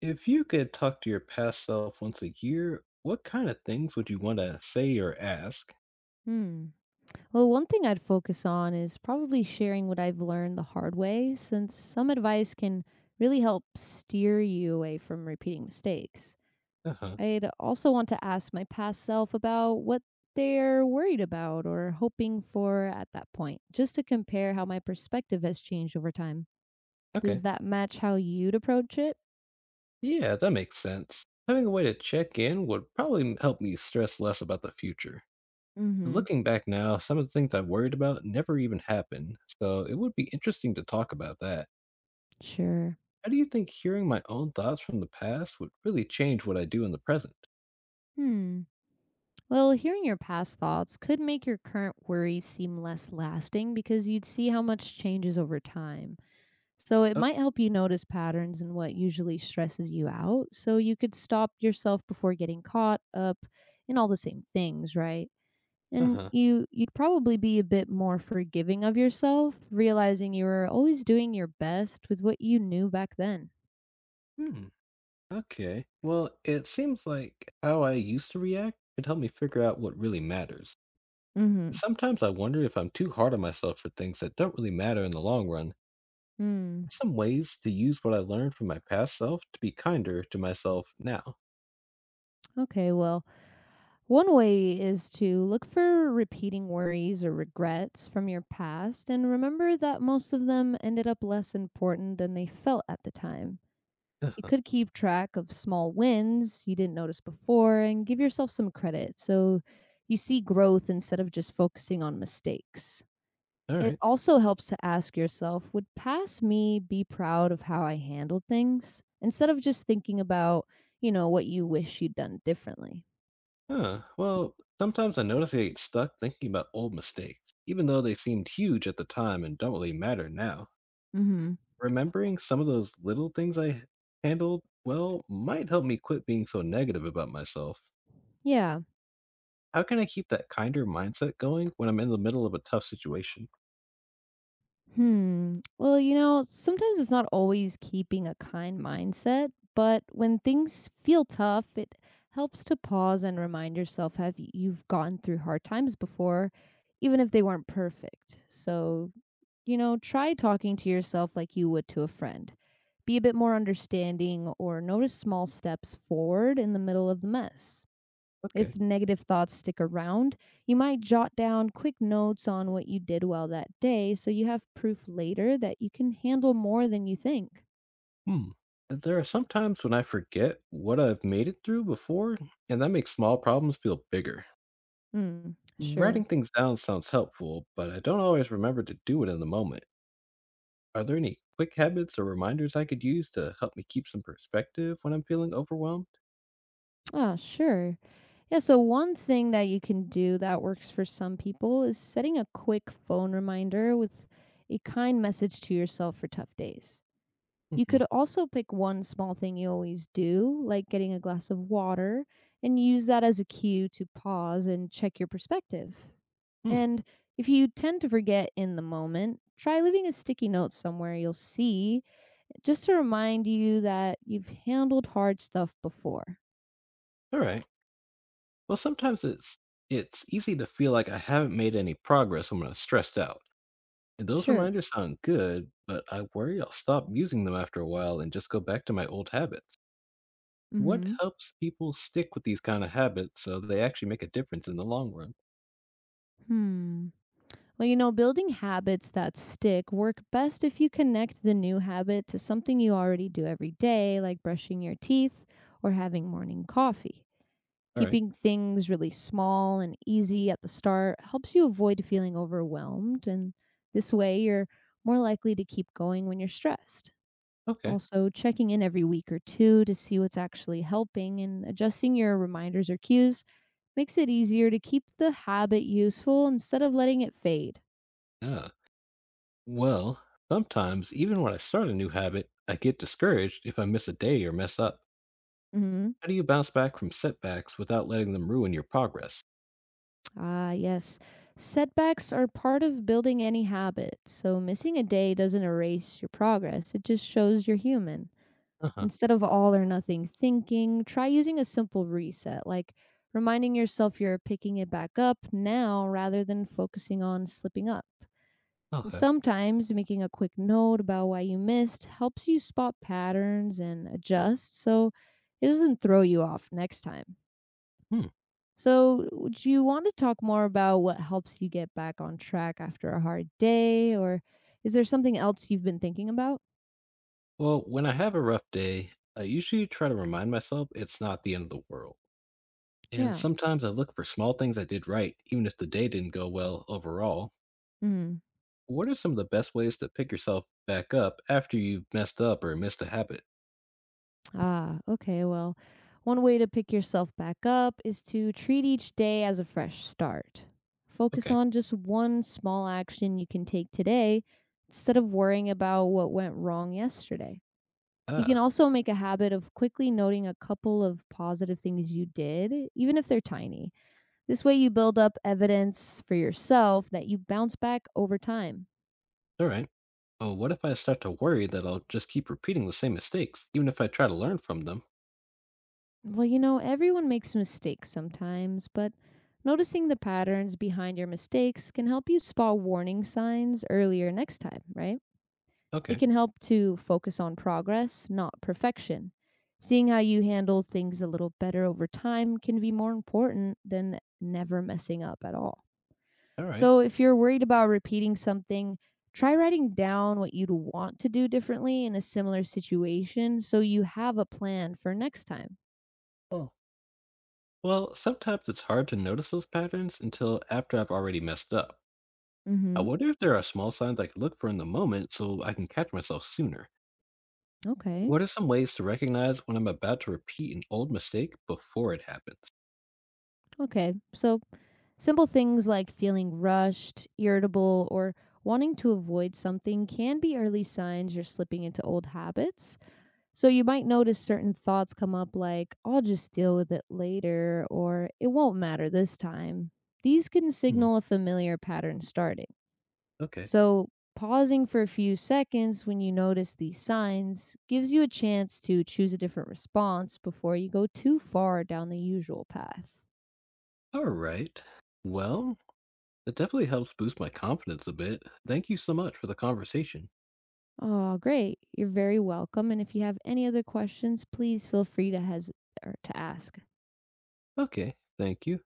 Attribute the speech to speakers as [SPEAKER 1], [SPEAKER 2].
[SPEAKER 1] If you could talk to your past self once a year, what kind of things would you want to say or ask?
[SPEAKER 2] Hmm. Well, one thing I'd focus on is probably sharing what I've learned the hard way, since some advice can really help steer you away from repeating mistakes.
[SPEAKER 1] Uh huh.
[SPEAKER 2] I'd also want to ask my past self about what they're worried about or hoping for at that point, just to compare how my perspective has changed over time.
[SPEAKER 1] Okay.
[SPEAKER 2] Does that match how you'd approach it?
[SPEAKER 1] Yeah, that makes sense. Having a way to check in would probably help me stress less about the future.
[SPEAKER 2] Mm hmm.
[SPEAKER 1] Looking back now, some of the things I worried about never even happened, so it would be interesting to talk about that.
[SPEAKER 2] Sure.
[SPEAKER 1] How do you think hearing my own thoughts from the past would really change what I do in the present?
[SPEAKER 2] Hmm. Well, hearing your past thoughts could make your current worries seem less lasting because you'd see how much changes over time. So it might help you notice patterns in what usually stresses you out so you could stop yourself before getting caught up in all the same things, right?
[SPEAKER 1] Uh
[SPEAKER 2] And
[SPEAKER 1] huh.
[SPEAKER 2] you'd probably be a bit more forgiving of yourself, realizing you were always doing your best with what you knew back then.
[SPEAKER 1] Okay. Well, it seems like how I used to react could help me figure out what really matters.
[SPEAKER 2] Mhm.
[SPEAKER 1] Sometimes I wonder if I'm too hard on myself for things that don't really matter in the long run.
[SPEAKER 2] Mm.
[SPEAKER 1] Some ways to use what I learned from my past self to be kinder to myself now.
[SPEAKER 2] Okay, well, one way is to look for repeating worries or regrets from your past and remember that most of them ended up less important than they felt at the time. You
[SPEAKER 1] Uh-huh.
[SPEAKER 2] could keep track of small wins you didn't notice before and give yourself some credit so you see growth instead of just focusing on mistakes.
[SPEAKER 1] All
[SPEAKER 2] It
[SPEAKER 1] right.
[SPEAKER 2] also helps to ask yourself would past me be proud of how I handled things instead of just thinking about, you know, what you wish you'd done differently.
[SPEAKER 1] Huh. Well, sometimes I notice I get stuck thinking about old mistakes, even though they seemed huge at the time and don't really matter now.
[SPEAKER 2] Mhm.
[SPEAKER 1] Remembering some of those little things I handled well might help me quit being so negative about myself.
[SPEAKER 2] Yeah.
[SPEAKER 1] How can I keep that kinder mindset going when I'm in the middle of a tough situation?
[SPEAKER 2] Hmm. Well, you know, sometimes it's not always keeping a kind mindset, but when things feel tough, it helps to pause and remind yourself you've gotten through hard times before, even if they weren't perfect. So, you know, try talking to yourself like you would to a friend. Be a bit more understanding or notice small steps forward in the middle of the mess. If
[SPEAKER 1] Okay.
[SPEAKER 2] negative thoughts stick around, you might jot down quick notes on what you did well that day so you have proof later that you can handle more than you think.
[SPEAKER 1] Hmm. And There are some times when I forget what I've made it through before, and that makes small problems feel bigger.
[SPEAKER 2] Hmm, sure.
[SPEAKER 1] Writing things down sounds helpful, but I don't always remember to do it in the moment. Are there any quick habits or reminders I could use to help me keep some perspective when I'm feeling overwhelmed?
[SPEAKER 2] Ah, sure. Yeah, so one thing that you can do that works for some people is setting a quick phone reminder with a kind message to yourself for tough days. You
[SPEAKER 1] hmm
[SPEAKER 2] could also pick one small thing you always do, like getting a glass of water, and use that as a cue to pause and check your perspective.
[SPEAKER 1] Hmm.
[SPEAKER 2] And if you tend to forget in the moment, try leaving a sticky note somewhere you'll see just to remind you that you've handled hard stuff before.
[SPEAKER 1] All right. Well, sometimes it's easy to feel like I haven't made any progress when I'm stressed out. Those
[SPEAKER 2] Sure.
[SPEAKER 1] reminders sound good, but I worry I'll stop using them after a while and just go back to my old habits. What
[SPEAKER 2] Mm-hmm.
[SPEAKER 1] helps people stick with these kind of habits so they actually make a difference in the long run?
[SPEAKER 2] Hmm. Well, you know, building habits that stick work best if you connect the new habit to something you already do every day, like brushing your teeth or having morning coffee.
[SPEAKER 1] All right.
[SPEAKER 2] Keeping things really small and easy at the start helps you avoid feeling overwhelmed, and this way you're more likely to keep going when you're stressed.
[SPEAKER 1] Okay.
[SPEAKER 2] Also, checking in every week or two to see what's actually helping and adjusting your reminders or cues makes it easier to keep the habit useful instead of letting it fade.
[SPEAKER 1] Yeah. Well, sometimes even when I start a new habit, I get discouraged if I miss a day or mess up.
[SPEAKER 2] Hmm.
[SPEAKER 1] How do you bounce back from setbacks without letting them ruin your progress?
[SPEAKER 2] Ah, yes. Setbacks are part of building any habit, so missing a day doesn't erase your progress, it just shows you're human.
[SPEAKER 1] Uh huh.
[SPEAKER 2] Instead of all or nothing thinking, try using a simple reset, like reminding yourself you're picking it back up now rather than focusing on slipping up. And
[SPEAKER 1] Okay.
[SPEAKER 2] sometimes making a quick note about why you missed helps you spot patterns and adjust so it doesn't throw you off next time.
[SPEAKER 1] Hmm.
[SPEAKER 2] So, would you want to talk more about what helps you get back on track after a hard day, or is there something else you've been thinking about?
[SPEAKER 1] Well, when I have a rough day, I usually try to remind myself it's not the end of the world. And
[SPEAKER 2] Yeah.
[SPEAKER 1] sometimes I look for small things I did right, even if the day didn't go well overall.
[SPEAKER 2] Mhm.
[SPEAKER 1] What are some of the best ways to pick yourself back up after you've messed up or missed a habit?
[SPEAKER 2] Ah, okay. Well, one way to pick yourself back up is to treat each day as a fresh start. Focus
[SPEAKER 1] Okay.
[SPEAKER 2] on just one small action you can take today instead of worrying about what went wrong yesterday. You can
[SPEAKER 1] Ah,
[SPEAKER 2] also make a habit of quickly noting a couple of positive things you did, even if they're tiny. This way, you build up evidence for yourself that you bounce back over time.
[SPEAKER 1] all right. Oh, what if I start to worry that I'll just keep repeating the same mistakes, even if I try to learn from them?
[SPEAKER 2] Well, you know, everyone makes mistakes sometimes, but noticing the patterns behind your mistakes can help you spot warning signs earlier next time, right? It
[SPEAKER 1] Okay.
[SPEAKER 2] can help to focus on progress, not perfection. Seeing how you handle things a little better over time can be more important than never messing up at all.
[SPEAKER 1] All right.
[SPEAKER 2] So, if you're worried about repeating something, try writing down what you'd want to do differently in a similar situation so you have a plan for next time.
[SPEAKER 1] Oh. Well, sometimes it's hard to notice those patterns until after I've already messed up. I
[SPEAKER 2] Mhm.
[SPEAKER 1] wonder if there are small signs I can look for in the moment so I can catch myself sooner.
[SPEAKER 2] Okay.
[SPEAKER 1] What are some ways to recognize when I'm about to repeat an old mistake before it happens?
[SPEAKER 2] Okay. So, simple things like feeling rushed, irritable, or wanting to avoid something can be early signs you're slipping into old habits. So, you might notice certain thoughts come up like, I'll just deal with it later, or it won't matter this time. These can
[SPEAKER 1] Hmm.
[SPEAKER 2] signal a familiar pattern starting.
[SPEAKER 1] Okay.
[SPEAKER 2] So, pausing for a few seconds when you notice these signs gives you a chance to choose a different response before you go too far down the usual path.
[SPEAKER 1] All right. Well, it definitely helps boost my confidence a bit. Thank you so much for the conversation.
[SPEAKER 2] Oh, great. You're very welcome. And if you have any other questions, please feel free to has or to ask.
[SPEAKER 1] Okay. Thank you.